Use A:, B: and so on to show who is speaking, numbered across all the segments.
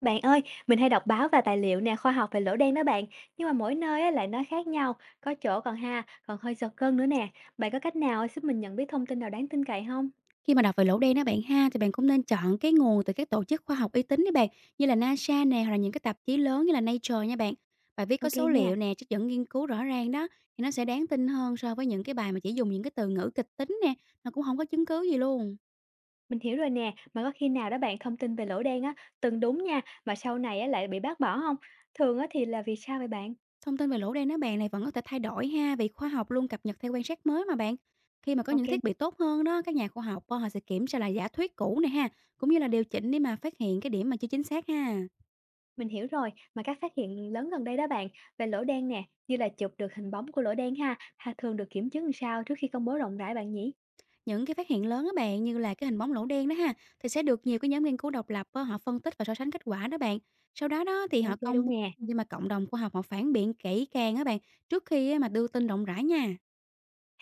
A: Bạn ơi, mình hay đọc báo và tài liệu nè, khoa học về lỗ đen đó bạn, nhưng mà mỗi nơi á, lại nói khác nhau, có chỗ còn hơi giật gân nữa nè. Bạn có cách nào giúp mình nhận biết thông tin nào đáng tin cậy không?
B: Khi mà đọc về lỗ đen đó bạn ha, thì bạn cũng nên chọn cái nguồn từ các tổ chức khoa học uy tín đấy bạn, như là NASA nè, hoặc là những cái tạp chí lớn như là Nature nha bạn. Bài viết có
A: Ok
B: số
A: nha,
B: liệu nè, trích dẫn nghiên cứu rõ ràng đó, thì nó sẽ đáng tin hơn so với những cái bài mà chỉ dùng những cái từ ngữ kịch tính nè, nó cũng không có chứng cứ gì luôn.
A: mình hiểu rồi nè, mà có khi nào đó bạn thông tin về lỗ đen á, từng đúng nha, mà sau này á, lại bị bác bỏ không? Thường á, thì là vì sao vậy bạn?
B: Thông tin về lỗ đen đó bạn này vẫn có thể thay đổi ha, vì khoa học luôn cập nhật theo quan sát mới mà bạn. Khi mà có những
A: Ok,
B: thiết bị tốt hơn đó, các nhà khoa học họ sẽ kiểm tra lại giả thuyết cũ này ha, cũng như là điều chỉnh để mà phát hiện cái điểm mà chưa chính xác ha.
A: mình hiểu rồi, mà các phát hiện lớn gần đây đó bạn, về lỗ đen nè, như là chụp được hình bóng của lỗ đen ha thường được kiểm chứng làm sao trước khi công bố rộng rãi bạn nhỉ?
B: Những cái phát hiện lớn á bạn, như là cái hình bóng lỗ đen đó ha, thì sẽ được nhiều cái nhóm nghiên cứu độc lập á, họ phân tích và so sánh kết quả đó bạn. Sau đó đó thì họ
A: Ok
B: công
A: luôn
B: bố
A: nè.
B: để mà cộng đồng khoa học họ phản biện kỹ càng á bạn trước khi á mà đưa tin rộng rãi nha.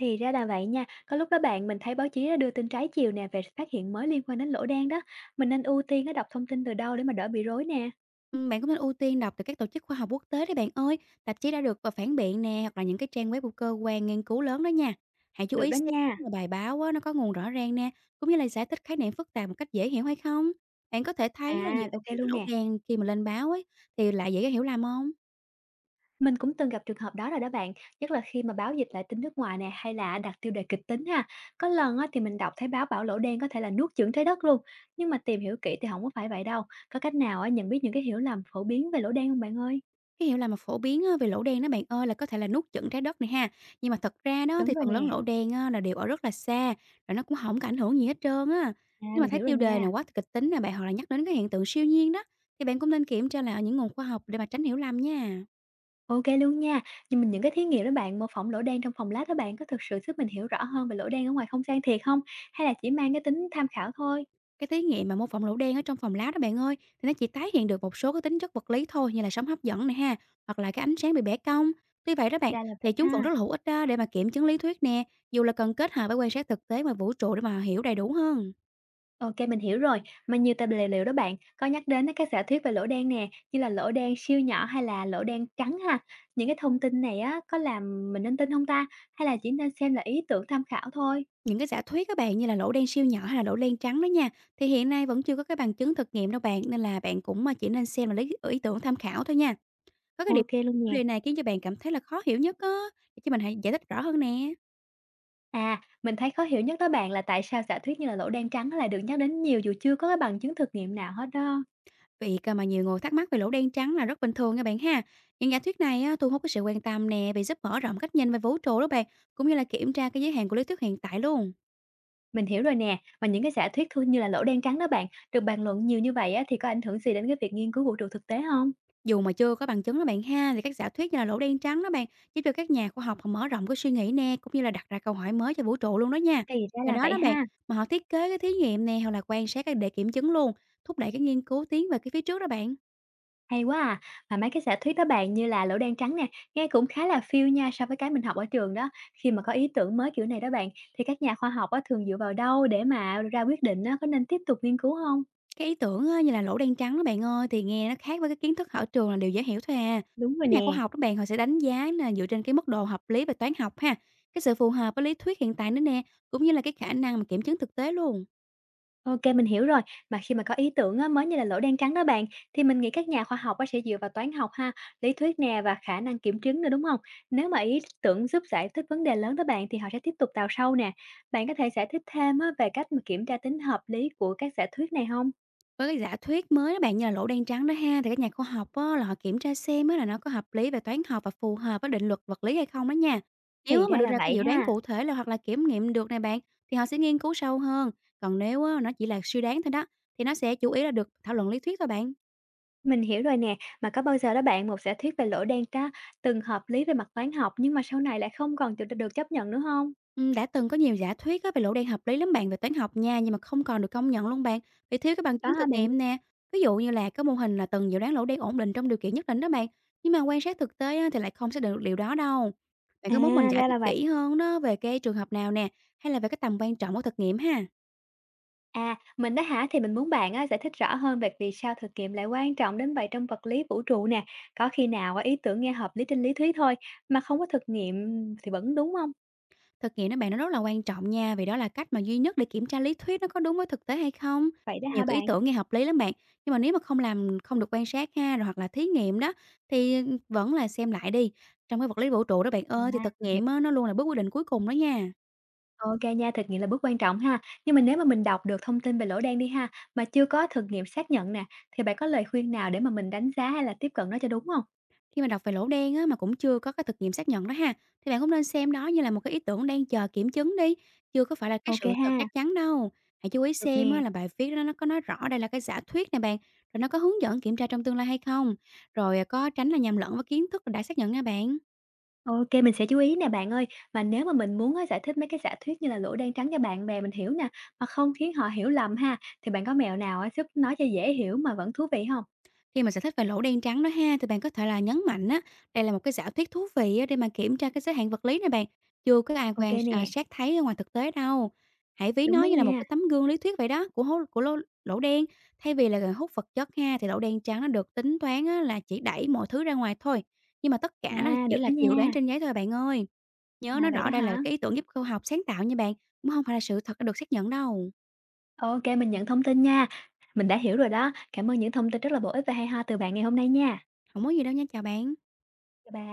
A: Thì ra là vậy nha. Có lúc đó bạn mình thấy báo chí nó đưa tin trái chiều nè về phát hiện mới liên quan đến lỗ đen đó. Mình nên ưu tiên á đọc thông tin từ đâu để mà đỡ bị rối nè.
B: Ừ, bạn cũng nên ưu tiên đọc từ các tổ chức khoa học quốc tế đấy bạn ơi, tạp chí đã được và phản biện nè hoặc là những cái trang web của cơ quan nghiên cứu lớn đó nha. Hãy chú
A: Được
B: ý
A: đó
B: xem
A: nha.
B: là bài báo á, nó có nguồn rõ ràng nè, cũng như là giải thích khái niệm phức tạp một cách dễ hiểu hay không. Bạn có thể
A: À,
B: thấy là nhiều
A: ok
B: cái
A: luôn
B: lỗ
A: nè.
B: đen khi mà lên báo ấy thì lại dễ hiểu lầm không?
A: Mình cũng từng gặp trường hợp đó rồi đó bạn, nhất là khi mà báo dịch lại tin nước ngoài nè hay là đặt tiêu đề kịch tính ha. Có lần á, thì mình đọc thấy báo bảo lỗ đen có thể là nuốt chửng trái đất luôn, nhưng mà tìm hiểu kỹ thì không có phải vậy đâu. Có cách nào á, nhận biết những cái hiểu lầm phổ biến về lỗ đen không bạn ơi?
B: Cái hiểu là mà phổ biến á về lỗ đen đó bạn ơi là có thể là nuốt chửng trái đất này ha. Nhưng mà thật ra đó
A: Đúng
B: thì
A: rồi
B: phần lớn
A: nè,
B: lỗ đen á là đều ở rất là xa, rồi nó cũng không có ảnh hưởng gì hết trơn á.
A: à,
B: Nhưng mà
A: mình
B: thấy
A: hiểu rồi
B: tiêu đề
A: nha.
B: nào quá kịch tính nè bạn, hoặc là nhắc đến cái hiện tượng siêu nhiên đó, thì bạn cũng nên kiểm tra lại ở những nguồn khoa học để mà tránh hiểu lầm nha.
A: OK luôn nha. Nhưng mình những cái thí nghiệm đó bạn, mô phỏng lỗ đen trong phòng lab đó bạn, có thực sự giúp mình hiểu rõ hơn về lỗ đen ở ngoài không gian thiệt không? Hay là chỉ mang cái tính tham khảo thôi?
B: Cái thí nghiệm mà mô phỏng lỗ đen ở trong phòng lab đó bạn ơi, thì nó chỉ tái hiện được một số cái tính chất vật lý thôi như là sóng hấp dẫn này ha, hoặc là cái ánh sáng bị bẻ cong. Tuy vậy đó bạn,
A: Ra là vậy
B: thì chúng vẫn rất
A: ha.
B: là hữu ích đó để mà kiểm chứng lý thuyết nè, dù là cần kết hợp với quan sát thực tế ngoài vũ trụ để mà hiểu đầy đủ hơn.
A: OK mình hiểu rồi. Mà nhiều tài bì liệu đó bạn, có nhắc đến á, các giả thuyết về lỗ đen nè, như là lỗ đen siêu nhỏ hay là lỗ đen trắng ha. Những cái thông tin này á, có làm mình nên tin không ta? Hay là chỉ nên xem là ý tưởng tham khảo thôi?
B: Những cái giả thuyết các bạn như là lỗ đen siêu nhỏ hay là lỗ đen trắng đó nha, thì hiện nay vẫn chưa có cái bằng chứng thực nghiệm đâu bạn, nên là bạn cũng mà chỉ nên xem là lấy ý tưởng tham khảo thôi nha. Có cái điểm
A: OK
B: chủ
A: luôn nè.
B: đề này khiến cho bạn cảm thấy là khó hiểu nhất á, để cho mình hãy giải thích rõ hơn nè.
A: À, mình thấy khó hiểu nhất đó bạn là tại sao giả thuyết như là lỗ đen trắng lại được nhắc đến nhiều dù chưa có cái bằng chứng thực nghiệm nào hết đó.
B: Việc à, mà nhiều người thắc mắc về lỗ đen trắng là rất bình thường nha bạn ha. Những giả thuyết này á, thu hút cái sự quan tâm nè, vì giúp mở rộng cách nhìn về vũ trụ đó bạn, cũng như là kiểm tra cái giới hạn của lý thuyết hiện tại luôn.
A: Mình hiểu rồi nè, và những cái giả thuyết thu như là lỗ đen trắng đó bạn, được bàn luận nhiều như vậy á, thì có ảnh hưởng gì đến cái việc nghiên cứu vũ trụ thực tế không?
B: Dù mà chưa có bằng chứng đó bạn ha, thì các giả thuyết như là lỗ đen trắng đó bạn, giúp cho các nhà khoa học họ mở rộng cái suy nghĩ nè, cũng như là đặt ra câu hỏi mới cho vũ trụ luôn đó nha.
A: Thì ra
B: Nhờ
A: là
B: đó
A: vậy
B: đó bạn,
A: ha,
B: mà họ thiết kế cái thí nghiệm nè, hoặc là quan sát cái để kiểm chứng luôn, thúc đẩy cái nghiên cứu tiến về cái phía trước đó bạn.
A: hay quá à. Và mấy cái giả thuyết đó bạn như là lỗ đen trắng nè, nghe cũng khá là phiêu nha so với cái mình học ở trường đó. Khi mà có ý tưởng mới kiểu này đó bạn, thì các nhà khoa học á, thường dựa vào đâu để mà ra quyết định á, có nên tiếp tục nghiên cứu không?
B: Cái ý tưởng á, như là lỗ đen trắng đó bạn ơi, thì nghe nó khác với cái kiến thức ở trường là điều dễ hiểu thôi à.
A: Đúng rồi
B: Các nhà khoa
A: nè.
B: học đó bạn, họ sẽ đánh giá là dựa trên cái mức độ hợp lý về toán học ha, cái sự phù hợp với lý thuyết hiện tại nữa nè, cũng như là cái khả năng mà kiểm chứng thực tế luôn.
A: OK, mình hiểu rồi. Mà khi mà có ý tưởng á, mới như là lỗ đen trắng đó bạn, thì mình nghĩ các nhà khoa học á, sẽ dựa vào toán học ha, lý thuyết nè và khả năng kiểm chứng nữa đúng không? Nếu mà ý tưởng giúp giải thích vấn đề lớn đó bạn thì họ sẽ tiếp tục đào sâu nè. Bạn có thể giải thích thêm á, về cách mà kiểm tra tính hợp lý của các giả thuyết này không?
B: Với cái giả thuyết mới đó bạn, như là lỗ đen trắng đó ha, thì các nhà khoa học á là họ kiểm tra xem á là nó có hợp lý về toán học và phù hợp với định luật vật lý hay không đó nha. Nếu
A: Thì
B: á mà
A: ra
B: đưa
A: là
B: ra cái
A: vậy
B: dự đoán
A: ha.
B: cụ thể là hoặc là kiểm nghiệm được này bạn, thì họ sẽ nghiên cứu sâu hơn. Còn nếu á, nó chỉ là suy đoán thôi đó, thì nó sẽ chủ yếu là được thảo luận lý thuyết thôi bạn.
A: Mình hiểu rồi nè, mà có bao giờ đó bạn một giả thuyết về lỗ đen ta từng hợp lý về mặt toán học nhưng mà sau này lại không còn được được chấp nhận nữa không?
B: Đã từng có nhiều giả thuyết á về lỗ đen hợp lý lắm bạn về toán học nha, nhưng mà không còn được công nhận luôn bạn, vì thiếu cái bằng
A: Có
B: chứng
A: hả
B: thực
A: bạn?
B: nghiệm nè. Ví dụ như là cái mô hình là từng dự đoán lỗ đen ổn định trong điều kiện nhất định đó bạn, nhưng mà quan sát thực tế á, thì lại không xác định được điều đó đâu. Bạn
A: À,
B: có muốn mình giải
A: ra
B: thích
A: là vậy.
B: kỹ hơn đó về cái trường hợp nào nè, hay là về cái tầm quan trọng của thực nghiệm ha?
A: À, mình á hả? Thì mình muốn bạn á giải thích rõ hơn về vì sao thực nghiệm lại quan trọng đến vậy trong vật lý vũ trụ nè. Có khi nào á ý tưởng nghe hợp lý trên lý thuyết thôi mà không có thực nghiệm thì vẫn đúng không?
B: Thực nghiệm đó bạn nó rất là quan trọng nha, vì đó là cách mà duy nhất để kiểm tra lý thuyết nó có đúng với thực tế hay không.
A: Vậy đó hả
B: Nhiều cái ý
A: bạn?
B: tưởng nghe hợp lý lắm bạn, nhưng mà nếu mà không làm không được quan sát ha, rồi hoặc là thí nghiệm đó thì vẫn là xem lại đi. Trong cái vật lý vũ trụ đó bạn
A: À,
B: ơi thì thực
A: mình hiểu.
B: nghiệm á, nó luôn là bước quyết định cuối cùng đó nha.
A: Ok nha, thực nghiệm là bước quan trọng ha. Nhưng mà nếu mà mình đọc được thông tin về lỗ đen đi ha, mà chưa có thực nghiệm xác nhận nè, thì bạn có lời khuyên nào để mà mình đánh giá hay là tiếp cận nó cho đúng không?
B: Khi mà đọc về lỗ đen á, mà cũng chưa có cái thực nghiệm xác nhận đó ha, thì bạn cũng nên xem đó như là một cái ý tưởng đang chờ kiểm chứng đi, chưa có phải là cái
A: Ok
B: sự
A: ha,
B: thật chắc chắn đâu. Hãy chú ý
A: được
B: xem á,
A: nè.
B: là bài viết đó nó có nói rõ đây là cái giả thuyết này bạn, rồi nó có hướng dẫn kiểm tra trong tương lai hay không, rồi à, có tránh là nhầm lẫn với kiến thức đã xác nhận nha bạn.
A: OK, mình sẽ chú ý nè bạn ơi. Mà nếu mà mình muốn á giải thích mấy cái giả thuyết như là lỗ đen trắng cho bạn bè mình hiểu nè, mà không khiến họ hiểu lầm ha, thì bạn có mẹo nào á giúp nói cho dễ hiểu mà vẫn thú vị không?
B: Khi mà giải thích về lỗ đen trắng đó ha, thì bạn có thể là nhấn mạnh á, đây là một cái giả thuyết thú vị á, để mà kiểm tra cái giới hạn vật lý này bạn. Chưa có ai
A: OK
B: quan à,
A: nè,
B: sát thấy ở ngoài thực tế đâu. Hãy ví
A: đúng
B: nó
A: đó
B: như là một
A: nha,
B: cái tấm gương lý thuyết vậy đó của hố, của lỗ, lỗ đen. Thay vì là gần hút vật chất ha, thì lỗ đen trắng nó được tính toán á, là chỉ đẩy mọi thứ ra ngoài thôi. Nhưng mà tất cả là
A: à, được
B: chỉ là
A: đó
B: cái dự đoán
A: nha,
B: trên giấy thôi bạn ơi. Nhớ
A: à,
B: nó
A: vậy đó
B: rõ đây là
A: hả?
B: cái ý tưởng giúp khoa học sáng tạo nha bạn, cũng không phải là sự thật đã được xác nhận đâu.
A: OK, mình nhận thông tin nha, mình đã hiểu rồi đó. Cảm ơn những thông tin rất là bổ ích và hay ho từ bạn ngày hôm nay nha.
B: Không có gì đâu nha, chào bạn.
A: Chào bạn.